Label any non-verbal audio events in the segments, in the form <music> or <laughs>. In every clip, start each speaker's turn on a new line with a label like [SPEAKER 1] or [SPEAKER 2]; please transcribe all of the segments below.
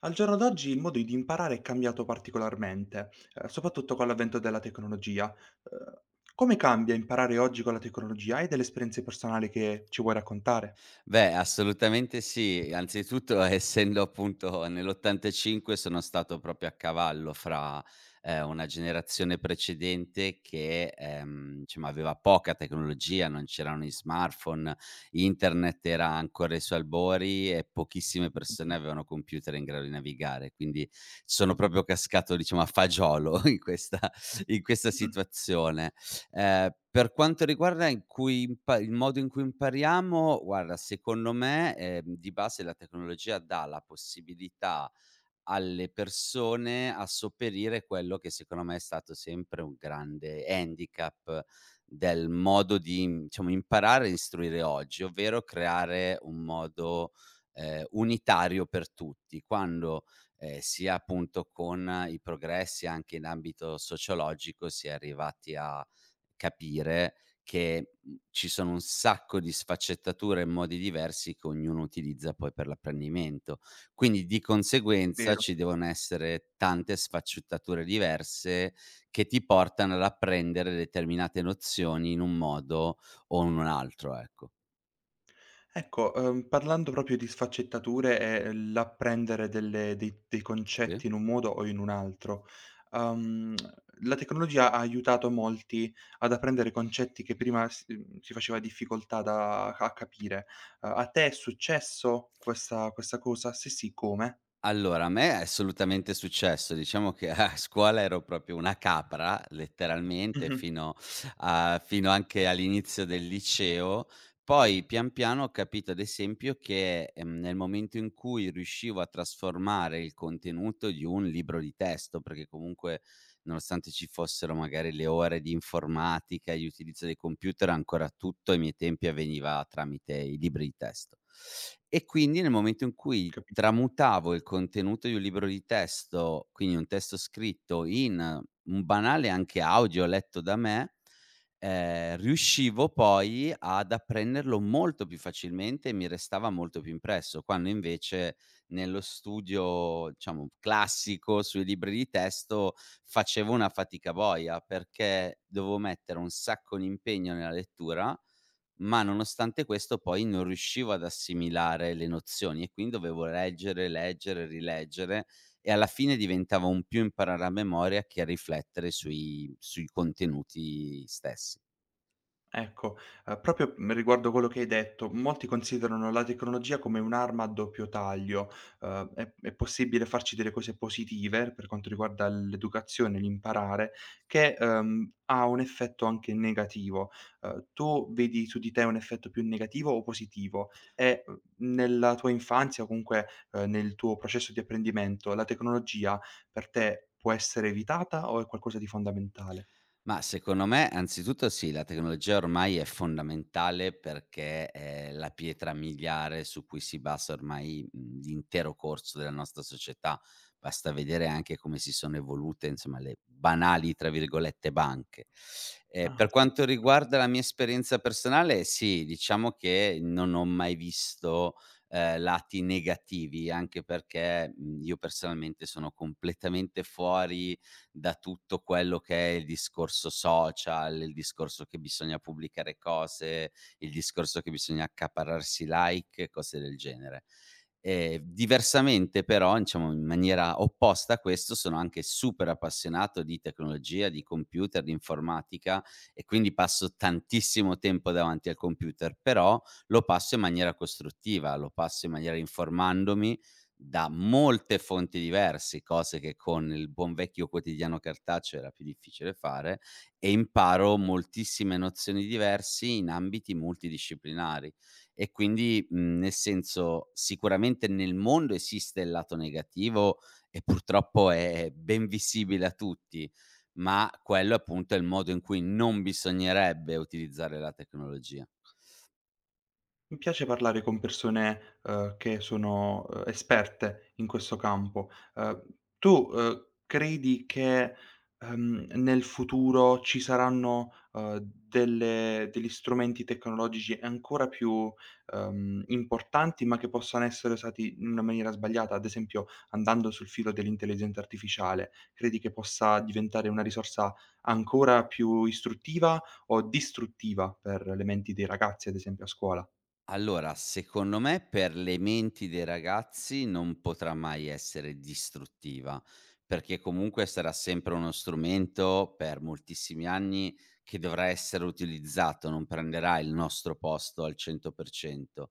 [SPEAKER 1] Al giorno d'oggi il modo di imparare è cambiato particolarmente, soprattutto con l'avvento della tecnologia. Uhm, come cambia imparare oggi con la tecnologia? Hai delle esperienze personali che ci vuoi raccontare?
[SPEAKER 2] Beh, assolutamente sì. Anzitutto, <laughs> essendo appunto nell'85 sono stato proprio a cavallo fra, una generazione precedente che, diciamo aveva poca tecnologia, non c'erano gli smartphone, internet era ancora ai suoi albori e pochissime persone
[SPEAKER 1] Mh-mh.
[SPEAKER 2] avevano computer in grado di navigare. Quindi sono proprio cascato, diciamo, a fagiolo <laughs> in questa
[SPEAKER 1] Mh,
[SPEAKER 2] situazione. Per quanto riguarda in cui impa il modo in cui impariamo, guarda, secondo me, di base la tecnologia dà la possibilità alle persone a sopperire quello che secondo me è stato sempre un grande handicap del modo di, diciamo imparare e istruire oggi, ovvero creare un modo, unitario per tutti, quando, sia appunto con i progressi anche in ambito sociologico si è arrivati a capire che, ci sono un sacco di sfaccettature e modi diversi che ognuno utilizza poi per l'apprendimento. Quindi di conseguenza
[SPEAKER 1] vero.
[SPEAKER 2] ci devono essere tante sfaccettature diverse che ti portano ad apprendere determinate nozioni in un modo o in un altro, ecco.
[SPEAKER 1] Ecco, parlando proprio di sfaccettature e l'apprendere delle dei dei
[SPEAKER 2] Sì.
[SPEAKER 1] concetti in un modo o in un altro, uhm, la tecnologia ha aiutato molti ad apprendere concetti che prima si faceva difficoltà da a capire. A te è successo questa cosa? Se sì, come?
[SPEAKER 2] Allora, a me è assolutamente successo. Diciamo che a scuola ero proprio una capra, letteralmente,
[SPEAKER 1] Mh-mh,
[SPEAKER 2] fino anche all'inizio del liceo. Poi pian piano ho capito, ad esempio, che, nel momento in cui riuscivo a trasformare il contenuto di un libro di testo, perché comunque nonostante ci fossero magari le ore di informatica e di utilizzo dei computer, ancora tutto ai miei tempi avveniva tramite i libri di testo. E quindi nel momento in cui
[SPEAKER 1] capito.
[SPEAKER 2] tramutavo il contenuto di un libro di testo, quindi un testo scritto, in un banale anche audio letto da me, riuscivo poi ad apprenderlo molto più facilmente e mi restava molto più impresso, quando invece nello studio, diciamo, classico sui libri di testo facevo una fatica boia, perché dovevo mettere un sacco di impegno nella lettura, ma nonostante questo poi non riuscivo ad assimilare le nozioni e quindi dovevo leggere, leggere, rileggere e alla fine diventava un più imparare a memoria che a riflettere sui contenuti stessi.
[SPEAKER 1] Ecco, proprio, riguardo quello che hai detto, molti considerano la tecnologia come un'arma a doppio taglio. È possibile farci delle cose positive per quanto riguarda l'educazione, l'imparare, che, ha un effetto anche negativo. Tu vedi su di te un effetto più negativo o positivo? E, nella tua infanzia o comunque, nel tuo processo di apprendimento, la tecnologia per te può essere evitata o è qualcosa di fondamentale?
[SPEAKER 2] Ma secondo me, anzitutto sì, la tecnologia ormai è fondamentale perché è la pietra miliare su cui si basa ormai, l'intero corso della nostra società. Basta vedere anche come si sono evolute, insomma, le "banali" tra virgolette banche.
[SPEAKER 1] Ah,
[SPEAKER 2] Per
[SPEAKER 1] sì.
[SPEAKER 2] quanto riguarda la mia esperienza personale, sì, diciamo che non ho mai visto, lati negativi, anche perché, io personalmente sono completamente fuori da tutto quello che è il discorso social, il discorso che bisogna pubblicare cose, il discorso che bisogna accaparrarsi like e cose del genere. Diversamente però, diciamo in maniera opposta a questo, sono anche super appassionato di tecnologia, di computer, di informatica e quindi passo tantissimo tempo davanti al computer, però lo passo in maniera costruttiva, lo passo in maniera informandomi, da molte fonti diverse, cose che con il buon vecchio quotidiano cartaceo era più difficile fare, e imparo moltissime nozioni diversi in ambiti multidisciplinari. E quindi, nel senso, sicuramente nel mondo esiste il lato negativo e purtroppo è ben visibile a tutti, ma quello appunto è il modo in cui non bisognerebbe utilizzare la tecnologia.
[SPEAKER 1] Mi piace parlare con persone, che sono, esperte in questo campo. Tu, credi che, nel futuro ci saranno, delle degli strumenti tecnologici ancora più, importanti, ma che possano essere usati in una maniera sbagliata? Ad esempio, andando sul filo dell'intelligenza artificiale, credi che possa diventare una risorsa ancora più istruttiva o distruttiva per le menti dei ragazzi, ad esempio a scuola?
[SPEAKER 2] Allora, secondo me per le menti dei ragazzi non potrà mai essere distruttiva, perché comunque sarà sempre uno strumento per moltissimi anni che dovrà essere utilizzato, non prenderà il nostro posto al 100%.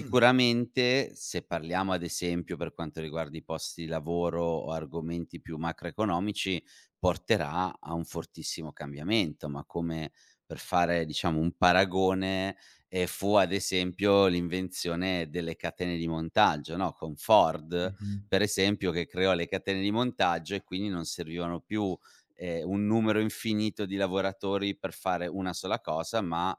[SPEAKER 1] Mh.
[SPEAKER 2] se parliamo ad esempio per quanto riguarda i posti di lavoro o argomenti più macroeconomici, porterà a un fortissimo cambiamento, ma come per fare diciamo un paragone e fu ad esempio l'invenzione delle catene di montaggio, no, con Ford
[SPEAKER 1] Mh-mh.
[SPEAKER 2] per esempio che creò le catene di montaggio e quindi non servivano più, un numero infinito di lavoratori per fare una sola cosa, ma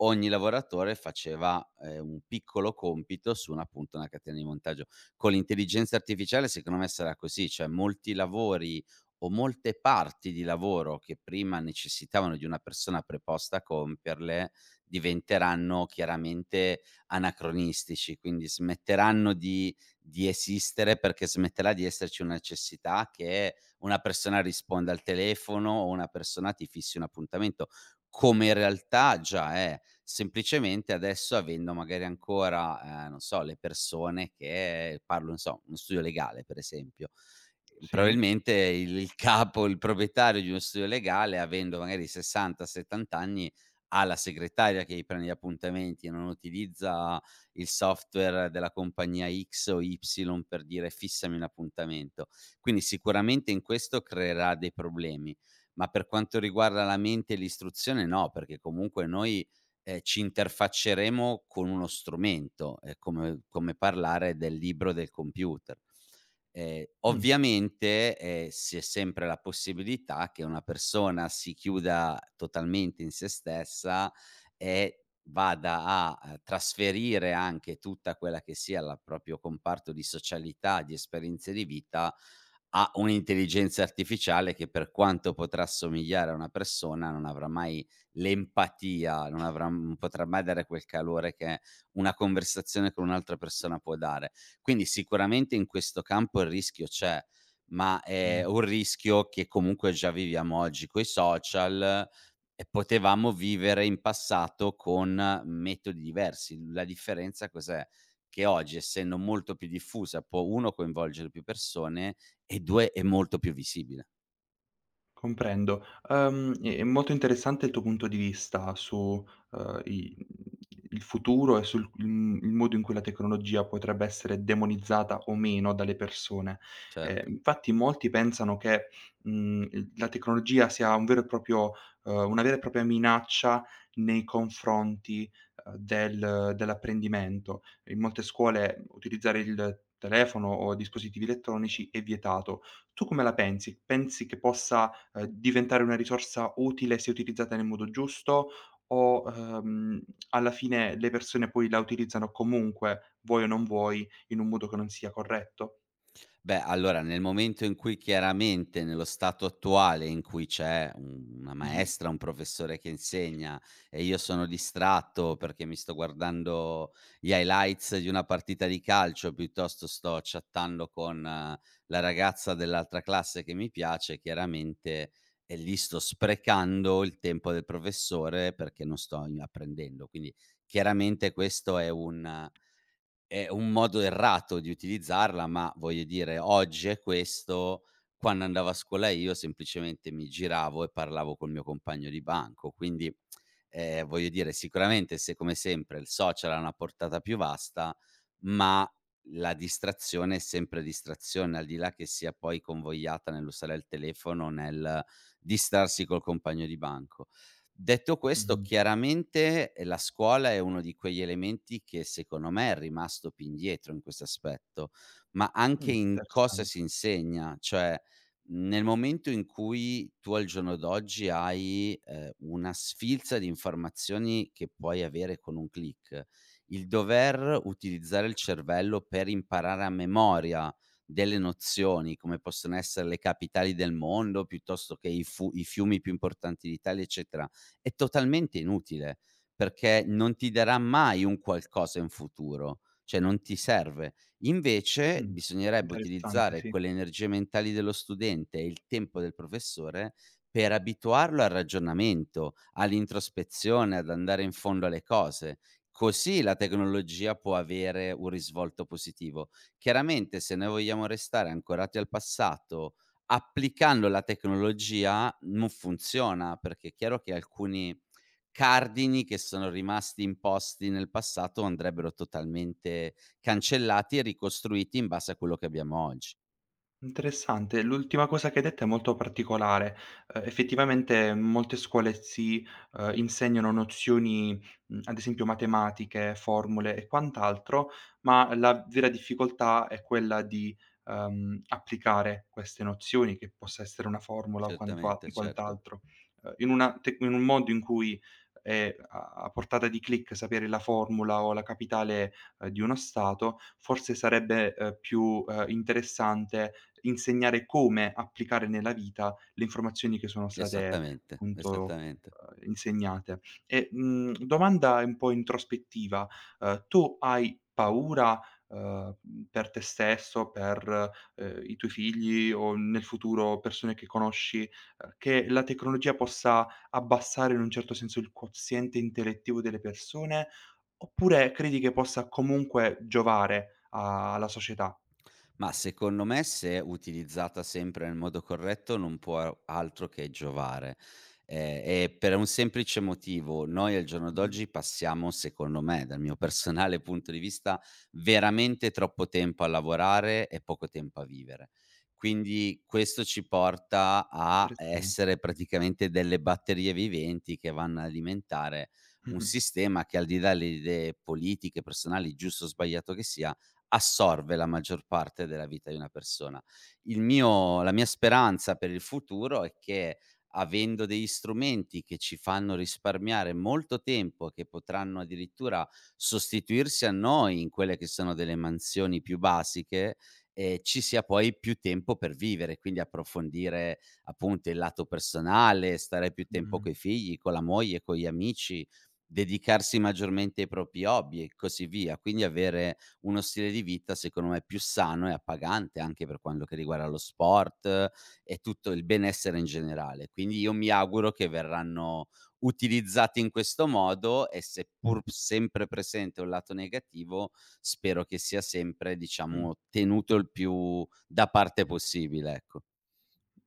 [SPEAKER 2] ogni lavoratore faceva, un piccolo compito su una appunto, una catena di montaggio. Con l'intelligenza artificiale secondo me sarà così, cioè molti lavori o molte parti di lavoro che prima necessitavano di una persona preposta a compierle, diventeranno chiaramente anacronistici, quindi smetteranno di esistere perché smetterà di esserci una necessità che una persona risponda al telefono o una persona ti fissi un appuntamento, come in realtà già è. Semplicemente adesso avendo magari ancora, non so, le persone che parlo, non so, uno studio legale per esempio.
[SPEAKER 1] Sì.
[SPEAKER 2] Probabilmente il capo, il proprietario di uno studio legale, avendo magari 60, 70 anni, ha la segretaria che gli prende gli appuntamenti, e non utilizza il software della compagnia X o Y per dire: "Fissami un appuntamento". Quindi sicuramente in questo creerà dei problemi, ma per quanto riguarda la mente e l'istruzione no, perché comunque noi, ci interfacceremo con uno strumento, è come parlare del libro del computer.
[SPEAKER 1] Mh.
[SPEAKER 2] Ovviamente, si è sempre la possibilità che una persona si chiuda totalmente in se stessa e vada a, trasferire anche tutta quella che sia la proprio comparto di socialità, di esperienze di vita a un'intelligenza artificiale che, per quanto potrà assomigliare a una persona, non avrà mai l'empatia, non potrà mai dare quel calore che una conversazione con un'altra persona può dare. Quindi sicuramente in questo campo il rischio c'è, ma è
[SPEAKER 1] Mh.
[SPEAKER 2] un rischio che comunque già viviamo oggi coi social e potevamo vivere in passato con metodi diversi. La differenza cos'è? Che oggi, essendo molto più diffusa, può 1 coinvolgere più persone e 2 è molto più visibile.
[SPEAKER 1] Comprendo. È molto interessante il tuo punto di vista su, i il futuro e il modo in cui la tecnologia potrebbe essere demonizzata o meno dalle persone. Ehm,
[SPEAKER 2] Certo.
[SPEAKER 1] infatti molti pensano che, il la tecnologia sia un vero e proprio una vera e propria minaccia nei confronti, dell'apprendimento. In molte scuole utilizzare il telefono o dispositivi elettronici è vietato. Tu come la pensi? Pensi che possa diventare una risorsa utile se utilizzata nel modo giusto o, alla fine le persone poi la utilizzano comunque, vuoi o non vuoi, in un modo che non sia corretto.
[SPEAKER 2] Beh, allora nel momento in cui chiaramente nello stato attuale in cui c'è un una
[SPEAKER 1] Mh-mh.
[SPEAKER 2] maestra, un professore che insegna e io sono distratto perché mi sto guardando gli highlights di una partita di calcio, piuttosto sto chattando con la ragazza dell'altra classe che mi piace, chiaramente, e lì sto sprecando il tempo del professore perché non sto i apprendendo. Quindi chiaramente questo è un modo errato di utilizzarla, ma voglio dire oggi è questo, quando andavo a scuola io semplicemente mi giravo e parlavo col mio compagno di banco. Quindi, voglio dire sicuramente se come sempre il social ha una portata più vasta, ma la distrazione è sempre distrazione, al di là che sia poi convogliata nell'usare il telefono, nel distrarsi col compagno di banco. Detto questo,
[SPEAKER 1] Mh-mh.
[SPEAKER 2] chiaramente, la scuola è uno di quegli elementi che secondo me è rimasto più indietro in questo aspetto, ma
[SPEAKER 1] Mh,
[SPEAKER 2] anche in cosa
[SPEAKER 1] interessante.
[SPEAKER 2] si insegna, cioè, nel momento in cui tu al giorno d'oggi hai, una sfilza di informazioni che puoi avere con un click, il dover utilizzare il cervello per imparare a memoria delle nozioni, come possono essere le capitali del mondo, piuttosto che i fiumi più importanti d'Italia, eccetera è totalmente inutile, perché non ti darà mai un qualcosa in futuro, cioè non ti serve. Invece
[SPEAKER 1] Mh.
[SPEAKER 2] bisognerebbe
[SPEAKER 1] Interessante,
[SPEAKER 2] utilizzare
[SPEAKER 1] sì.
[SPEAKER 2] quelle energie mentali dello studente e il tempo del professore per abituarlo al ragionamento, all'introspezione, ad andare in fondo alle cose. Così la tecnologia può avere un risvolto positivo. Chiaramente se noi vogliamo restare ancorati al passato, applicando la tecnologia non funziona, perché è chiaro che alcuni cardini che sono rimasti imposti nel passato andrebbero totalmente cancellati e ricostruiti in base a quello che abbiamo oggi.
[SPEAKER 1] Interessante. L'ultima cosa che hai detto è molto particolare. Effettivamente molte scuole si insegnano nozioni, ad esempio matematiche, formule e quant'altro, ma la vera difficoltà è quella di, applicare queste nozioni, che possa essere una formula o quantua
[SPEAKER 2] Certamente, certo.
[SPEAKER 1] quant'altro. In una tec in un mondo in cui è a portata di click sapere la formula o la capitale di uno Stato, forse sarebbe, più, interessante insegnare come applicare nella vita le informazioni che sono state
[SPEAKER 2] Esattamente,
[SPEAKER 1] appunto,
[SPEAKER 2] esattamente.
[SPEAKER 1] insegnate. E, domanda un po' introspettiva: tu hai paura, ehm, per te stesso, per, i tuoi figli o nel futuro persone che conosci, che la tecnologia possa abbassare in un certo senso il quoziente intellettivo delle persone. Oppure credi che possa comunque giovare a alla società?
[SPEAKER 2] Ma secondo me se utilizzata sempre nel modo corretto non può altro che giovare. E per un semplice motivo: noi al giorno
[SPEAKER 1] Mh-mh.
[SPEAKER 2] d'oggi passiamo, secondo me, dal mio personale <laughs> punto di vista, veramente troppo tempo a lavorare e poco tempo a vivere. Quindi questo ci porta a
[SPEAKER 1] Interessante.
[SPEAKER 2] essere praticamente delle batterie viventi che vanno ad alimentare un
[SPEAKER 1] Mh-mh.
[SPEAKER 2] sistema che al di là le idee politiche, personali, giusto o sbagliato che sia, assorbe la maggior parte della vita di una persona. Il mio la mia speranza per il futuro è che, avendo degli strumenti che ci fanno risparmiare molto tempo, che potranno addirittura sostituirsi a noi in quelle che sono delle mansioni più basiche, ci sia poi più tempo per vivere, quindi approfondire appunto il lato personale, stare più tempo
[SPEAKER 1] Mh.
[SPEAKER 2] coi figli, con la moglie, con gli amici, dedicarsi maggiormente ai propri hobby e così via. Quindi avere uno stile di vita secondo me più sano e appagante anche per quello che riguarda lo sport e tutto il benessere in generale. Quindi io mi auguro che verranno utilizzati in questo modo e seppur sempre presente un lato negativo, spero che sia sempre
[SPEAKER 1] Mh.
[SPEAKER 2] diciamo tenuto il più da parte possibile, ecco.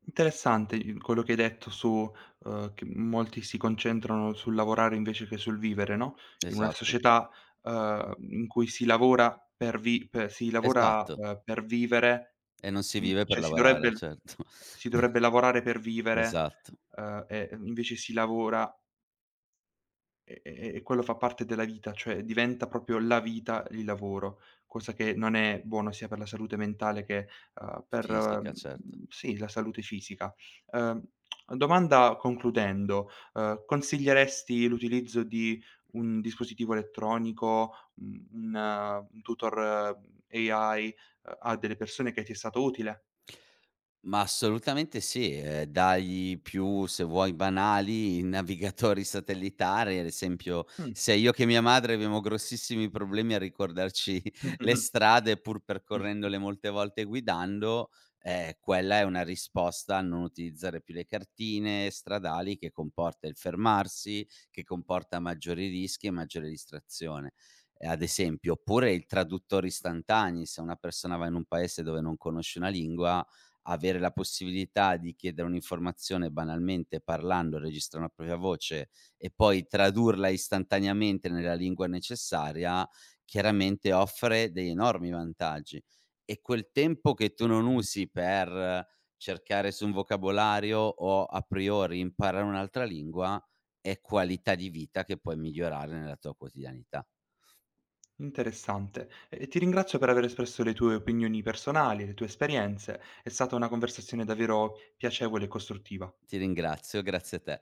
[SPEAKER 1] Interessante i quello che hai detto su, che molti si concentrano sul lavorare invece che sul vivere, no, in una
[SPEAKER 2] Esatto,
[SPEAKER 1] società, in cui si lavora,
[SPEAKER 2] esatto.
[SPEAKER 1] per vivere,
[SPEAKER 2] E non si
[SPEAKER 1] in
[SPEAKER 2] vive per
[SPEAKER 1] cioè si
[SPEAKER 2] lavorare,
[SPEAKER 1] dovrebbe
[SPEAKER 2] certo.
[SPEAKER 1] si
[SPEAKER 2] <laughs>
[SPEAKER 1] dovrebbe lavorare per vivere,
[SPEAKER 2] Esatto.
[SPEAKER 1] e invece si lavora. E quello fa parte della vita, cioè diventa proprio la vita il lavoro, cosa che non è buono sia per la salute mentale che, per,
[SPEAKER 2] Fisica, certo.
[SPEAKER 1] sì, la salute fisica. Uhm, domanda concludendo, consiglieresti l'utilizzo di un dispositivo elettronico, un tutor AI, a delle persone che ti è stato utile?
[SPEAKER 2] Ma assolutamente sì, dagli più, se vuoi, banali navigatori satellitari, ad esempio
[SPEAKER 1] Mh.
[SPEAKER 2] sia io che mia madre abbiamo grossissimi problemi a ricordarci <laughs> le
[SPEAKER 1] Mh-mh-mh.
[SPEAKER 2] strade pur
[SPEAKER 1] Mh.
[SPEAKER 2] percorrendole molte volte guidando, quella è una risposta a non utilizzare più le cartine stradali che comporta il fermarsi, che comporta maggiori rischi e maggiore distrazione, ad esempio. Oppure i traduttori istantanei, se una persona va in un paese dove non conosce una lingua avere la possibilità di chiedere un'informazione banalmente parlando, registrare una propria voce e poi tradurla istantaneamente nella lingua necessaria, chiaramente offre degli enormi vantaggi. E quel tempo che tu non
[SPEAKER 1] <laughs>
[SPEAKER 2] usi per cercare su un vocabolario o a priori imparare un'altra lingua, è qualità di vita che puoi migliorare nella tua quotidianità.
[SPEAKER 1] Interessante. E ti ringrazio per aver espresso le tue opinioni personali, le tue esperienze. È stata una conversazione davvero piacevole e costruttiva.
[SPEAKER 2] Ti ringrazio, grazie a te.